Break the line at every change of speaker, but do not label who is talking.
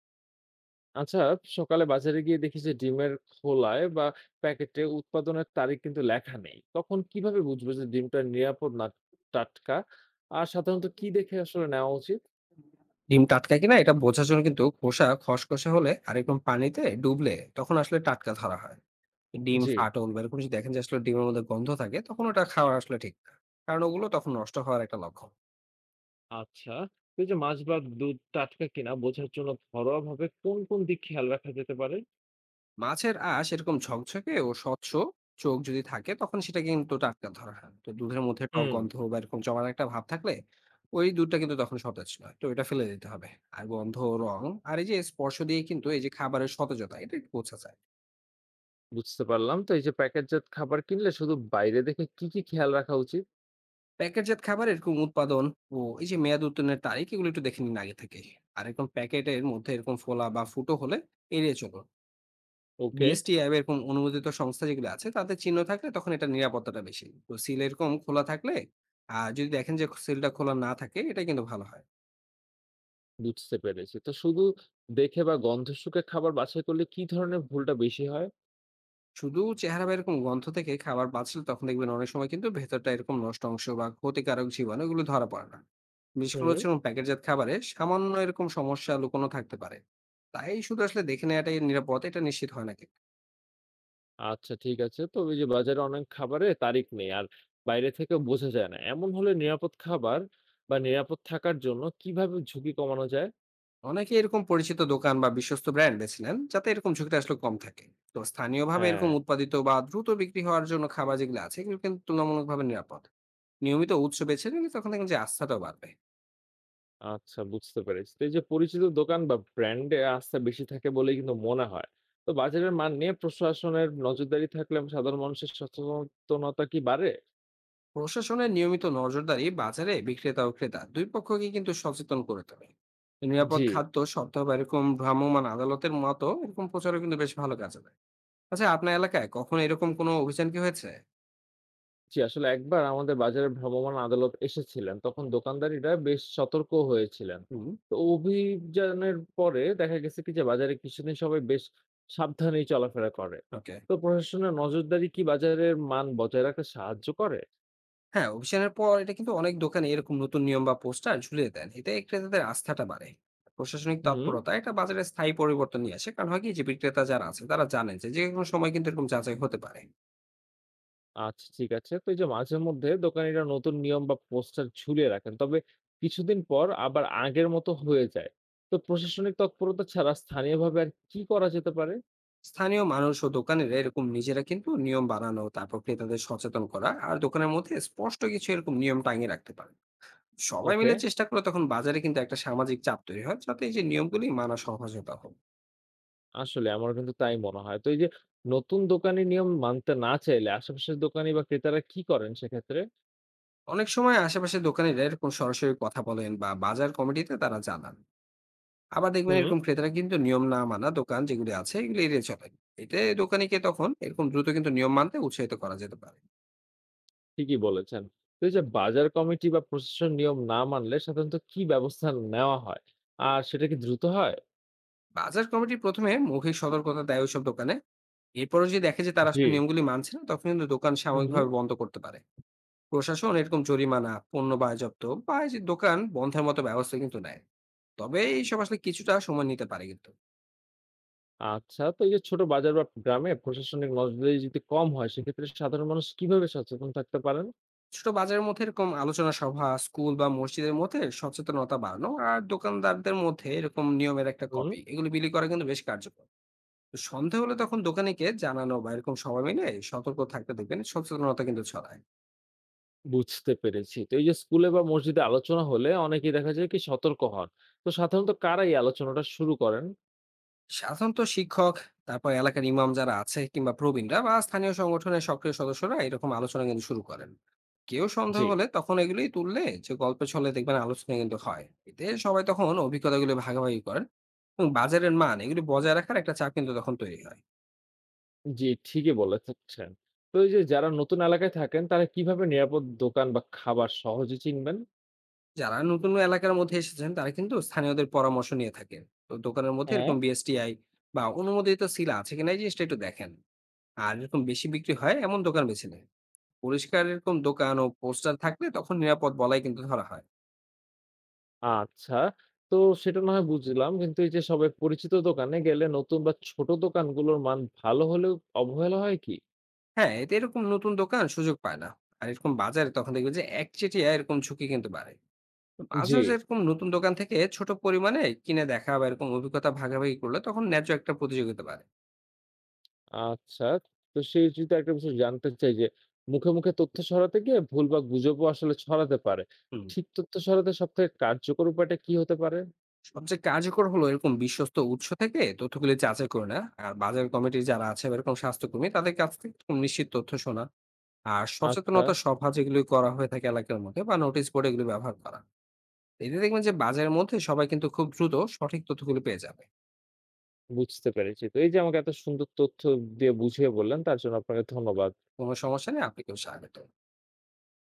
আচ্ছা, সকালে বাজারে গিয়ে দেখি যে ডিমের খোলায় বা প্যাকেটে উৎপাদনের তারিখ কিন্তু লেখা নেই। তখন কিভাবে বুঝবো যে ডিমটা নিরাপদ না টাটকা? আর সাধারণত কি দেখে আসলে নেওয়া উচিত?
ডিম টাটকা কিনা এটা বোঝার জন্য কিন্তু খোসা খসখসে হলে আর একদম পানিতে ডুবলে তখন আসলে টাটকা ধরা হয়। ডিম
জি,
ফাটল বা এরকম যদি দেখেন যে আসলে ডিমের মধ্যে গন্ধ থাকে তখন ওটা খাওয়া আসলে ঠিক না, কারণ ওগুলো তখন নষ্ট হওয়ার একটা লক্ষণ।
আচ্ছা। তো এই যে মাছ বা দুধ টাটকা কিনা বোঝার জন্য ঘরোয়াভাবে কোন দিক খেয়াল রাখা যেতে পারে?
মাছের আঁশ এরকম ঝকঝকে ও স্বচ্ছ চোখ যদি থাকে তখন সেটা কিন্তু টাটকা ধরা হয়। তো দুধের মধ্যে টক
হুম,
গন্ধ বা এরকম জমার একটা ভাব থাকলে ওই দুধটা কিন্তু তখন সতেজ নয়, তো এটা ফেলে দিতে হবে। আর গন্ধ, রং আর এই যে স্পর্শ দিয়ে কিন্তু এই যে খাবারের সতেজতা এটা বোঝা যায়।
বুঝতে পারলাম। তো এই যে প্যাকেটজাত খাবার কিনলে শুধু বাইরে দেখে কি খেয়াল রাখা উচিত?
প্যাকেটজাত খাবার এরকম উৎপাদন ও এই যে মেয়াদ উত্তীর্ণের তারিখ এগুলো একটু দেখে নিন আগে থেকে। আর এরকম প্যাকেটের মধ্যে এরকম ফোলা বা ফুটো হলে এড়িয়ে চলুন।
ওকে,
বিএসটি অ্যাপ এরকম অনুমোদিত সংস্থা যেগুলো আছে তাতে চিহ্ন থাকলে তখন এটা নিরাপত্তাটা বেশি। তো সিল এরকম খোলা থাকলে আর যদি দেখেন যে সিলটা খোলা না থাকে এটা কিন্তু ভালো হয়।
বুঝতে পেরেছি। তো শুধু দেখে বা গন্ধ শুঁকে খাবার বাছাই করলে কি ধরনের ভুলটা বেশি হয়?
শুধু চেহারা বা এরকম গন্ধ থেকে খাবার বাঁচলে তখন দেখবেন অনেক সময় কিন্তু ভেতরটা এরকম নষ্ট অংশ বা ক্ষতিকারক জীবাণু এগুলো ধরা পড়ে না। বিশেষ করে
হুম।
হচ্ছে এরকম প্যাকেটজাত খাবারে সামান্য এরকম সমস্যা লুকোনো থাকতে পারে। তাই শুধু আসলে দেখে নেওয়াটাই নিরাপদ এটা নিশ্চিত হয় না কিন্তু।
আচ্ছা ঠিক আছে। তো ওই যে বাজারে অনেক খাবারে তারিখ নেই আর বাইরে থেকেও বোঝা যায় না। এমন হলে নিরাপদ খাবার বা নিরাপদ থাকার জন্য কিভাবে ঝুঁকি কমানো যায়?
অনেকে এরকম পরিচিত দোকান বা বিশ্বস্ত ব্র্যান্ড বেছে নেন যাতে এরকম ঝুঁকিটা আসলে কম থাকে। তো স্থানীয়ভাবে এরকম
হ্যাঁ,
উৎপাদিত বা দ্রুত বিক্রি হওয়ার জন্য খাবার যেগুলো আছে এগুলো কিন্তু তুলনামূলকভাবে নিরাপদ। নিয়মিত উৎস বেছে নিলে তখন দেখেন যে আস্থাটাও বাড়বে।
আচ্ছা বুঝতে পেরেছি। তো এই যে পরিচিত দোকান বা ব্র্যান্ডে আস্থা বেশি থাকে বলেই কিন্তু মনে হয়। তো বাজারের মান নিয়ে প্রশাসনের নজরদারি থাকলে সাধারণ মানুষের সচেতনতা কি বাড়ে?
প্রশাসনের নিয়মিত নজরদারি বাজারে বিক্রেতা ও ক্রেতা দুই পক্ষকে কিন্তু সচেতন করে তোলে। নিরাপদ
জি।
খাদ্য সপ্তাহ বা এরকম ভ্রাম্যমাণ আদালতের মতো এরকম প্রচারও কিন্তু বেশ ভালো কাজে দেয়। আচ্ছা, আপনার এলাকায় কখনো এরকম কোনো অভিযান কি হয়েছে?
জি, আসলে একবার আমাদের বাজারে ভ্রাম্যমাণ আদালত এসেছিলেন, তখন দোকানদারিরা বেশ সতর্ক হয়েছিলেন।
হুম।
তো অভিযানের পরে দেখা গেছে কি যে বাজারে কিছুদিন সবাই বেশ সাবধানেই চলাফেরা করে।
ওকে।
তো প্রশাসনের নজরদারি কি বাজারের মান বজায় রাখতে সাহায্য করে?
হ্যাঁ, অভিযানের পর এটা কিন্তু অনেক দোকানে এরকম নতুন নিয়ম বা পোস্টার ঝুলিয়ে দেন, এতে ক্রেতাদের আস্থাটা বাড়ে। প্রশাসনিক
হুম,
তৎপরতা এটা বাজারে স্থায়ী পরিবর্তন নিয়ে আসে, কারণ হয় কি যে বিক্রেতা যারা আছে তারা জানেন যে যে কোনো সময় কিন্তু এরকম যাচাই হতে পারে।
আচ্ছা ঠিক আছে। তো এই যে মাঝে মধ্যে দোকানিরা নতুন নিয়ম বা পোস্টার ঝুলিয়ে রাখেন, তবে কিছুদিন পর আবার আগের মতো হয়ে যায়। তো প্রশাসনিক তৎপরতা ছাড়া স্থানীয়ভাবে আর কি করা যেতে পারে?
স্থানীয় মানুষ ও দোকানেরা এরকম নিজেরা কিন্তু নিয়ম বানানো তারপর ক্রেতাদের সচেতন করা আর দোকানের মধ্যে স্পষ্ট কিছু এরকম নিয়ম টাঙিয়ে রাখতে পারে। সবাই
ওকে।
মিলে চেষ্টা করে তখন বাজারে কিন্তু একটা সামাজিক চাপ তৈরি হয় যাতে এই যে নিয়মগুলি মানা সহজ হয় তখন।
আসলে আমারও কিন্তু তাই মনে হয়। তো এই যে নতুন দোকানি নিয়ম মানতে না চাইলে আশেপাশের দোকানি বা ক্রেতারা কি করেন সেক্ষেত্রে?
অনেক সময় আশেপাশে দোকানিরা এরকম সরাসরি কথা বলেন বা বাজার কমিটিতে তারা জানান। আবার দেখবেন
হুম।
এরকম ক্রেতারা কিন্তু নিয়ম না মানা দোকান যেগুলি আছে এগুলি এড়িয়ে চলে। এতে দোকানিকে তখন এরকম দ্রুত কিন্তু নিয়ম মানতে উৎসাহিত করা যেতে পারে।
ঠিকই বলেছেন। তো এই যে বাজার কমিটি বা প্রশাসন নিয়ম না মানলে সাধারণত কি ব্যবস্থা নেওয়া হয়? আর সেটা কি দ্রুত হয়?
বাজার কমিটি প্রথমে মৌখিক সতর্কতা দেয় ওইসব দোকানে। এরপরও যদি দেখে যে তারা
জি।
আসলে নিয়মগুলি মানছে না তখন কিন্তু দোকান
হুম।
সাময়িকভাবে বন্ধ করতে পারে। প্রশাসন এরকম জরিমানা, পণ্য বাজেয়াপ্ত বা এই যে দোকান বন্ধের মতো ব্যবস্থা কিন্তু নেয়। তবে এইসব আসলে কিছুটা সময় নিতে পারে কিন্তু।
আচ্ছা তো এই যে ছোট বাজার বা গ্রামে প্রশাসনিক নজরদারি যদি কম হয় সেক্ষেত্রে সাধারণ মানুষ কিভাবে সচেতন থাকতে পারেন?
ছোট বাজারের মধ্যে এরকম আলোচনা সভা, স্কুল বা মসজিদের মধ্যে সচেতনতা বাড়ানো আর দোকানদারদের মধ্যে এরকম নিয়মের একটা
হুম।
কপি এগুলো বিলি করা কিন্তু বেশ কার্যকর। তো সন্দেহ হলে তখন দোকানিকে জানানো বা এরকম সবাই মিলে সতর্ক থাকতে দেখবেন সচেতনতা কিন্তু ছড়ায়।
বুঝতে পেরেছি। তো এই যে স্কুলে বা মসজিদে আলোচনা হলে অনেকেই দেখা যায় কি সতর্ক হন। তো সাধারণত কারা এই আলোচনাটা শুরু করেন?
সাধারণত শিক্ষক, তারপর এলাকার ইমাম যারা আছে কিংবা প্রবীণরা বা স্থানীয় সংগঠনের সক্রিয় সদস্যরা এরকম আলোচনা কিন্তু শুরু করেন। কেউ সন্দেহ
জি,
হলে তখন এগুলি তুললে যে গল্পের ছলে দেখবেন আলোচনা কিন্তু হয়। এতে সবাই তখন অভিজ্ঞতাগুলো ভাগাভাগি করেন এবং বাজারের মান এগুলি বজায় রাখার একটা চাপ কিন্তু তখন তৈরি হয়।
জি, ঠিকই বলেছেন। তো এই যে যারা নতুন এলাকায় থাকেন তারা কিভাবে নিরাপদ দোকান বা খাবার সহজে চিনবেন?
যারা নতুন এলাকার মধ্যে এসেছেন তারা কিন্তু স্থানীয়দের পরামর্শ নিয়ে থাকেন। তো দোকানের মধ্যে
হ্যাঁ।
এরকম বিএসটিআই বা অনুমোদিত সিল আছে কিনা এই জিনিসটা একটু দেখেন। আর এরকম বেশি বিক্রি হয় এমন দোকান বেছে নিন। পরিষ্কার এরকম দোকান ও পোস্টার থাকলে তখন নিরাপদ বলাই কিন্তু ধরা হয়।
আচ্ছা, তো সেটা না হয় বুঝলাম। কিন্তু এই যে সবাই পরিচিত দোকানে গেলে নতুন বা ছোট দোকানগুলোর মান ভালো হলেও অবহেলা হয় কি?
হ্যাঁ, এতে এরকম নতুন দোকান সুযোগ পায় না। আর এরকম বাজারে তখন দেখবেন যে একচেটিয়া এরকম ঝুঁকি কিন্তু বাড়ে। তো মাঝে
জি,
মাঝে এরকম নতুন দোকান থেকে ছোট পরিমাণে কিনে দেখা বা এরকম অভিজ্ঞতা ভাগাভাগি করলে তখন ন্যায্য একটা প্রতিযোগিতা বাড়ে।
আচ্ছা। তো সেই যদি একটা বিষয় জানতে চাই যে মুখে তথ্য ছড়াতে গিয়ে ভুল বা গুজবও আসলে ছড়াতে পারে।
হুম।
ঠিক তথ্য ছড়াতে সবথেকে কার্যকর উপায়টা কি হতে পারে?
সবচেয়ে কার্যকর হলো এরকম বিশ্বস্ত উৎস থেকে তথ্যগুলি যাচাই করে না। আর বাজার কমিটি যারা আছে বা এরকম স্বাস্থ্যকর্মী তাদের কাছ থেকে এরকম নিশ্চিত তথ্য শোনা। আর
আচ্ছা।
সচেতনতা সভা যেগুলি করা হয়ে থাকে এলাকার মধ্যে বা নোটিশ বোর্ড এগুলি ব্যবহার করা। এতে দেখবেন যে বাজারের মধ্যে সবাই কিন্তু খুব দ্রুত সঠিক তথ্যগুলো পেয়ে যাবে।
বুঝতে পেরেছি। তো এই যে আমাকে এত সুন্দর তথ্য দিয়ে বুঝিয়ে বললেন তার জন্য আপনাকে ধন্যবাদ।
কোনো সমস্যা নেই, আপনাকেও স্বাগত।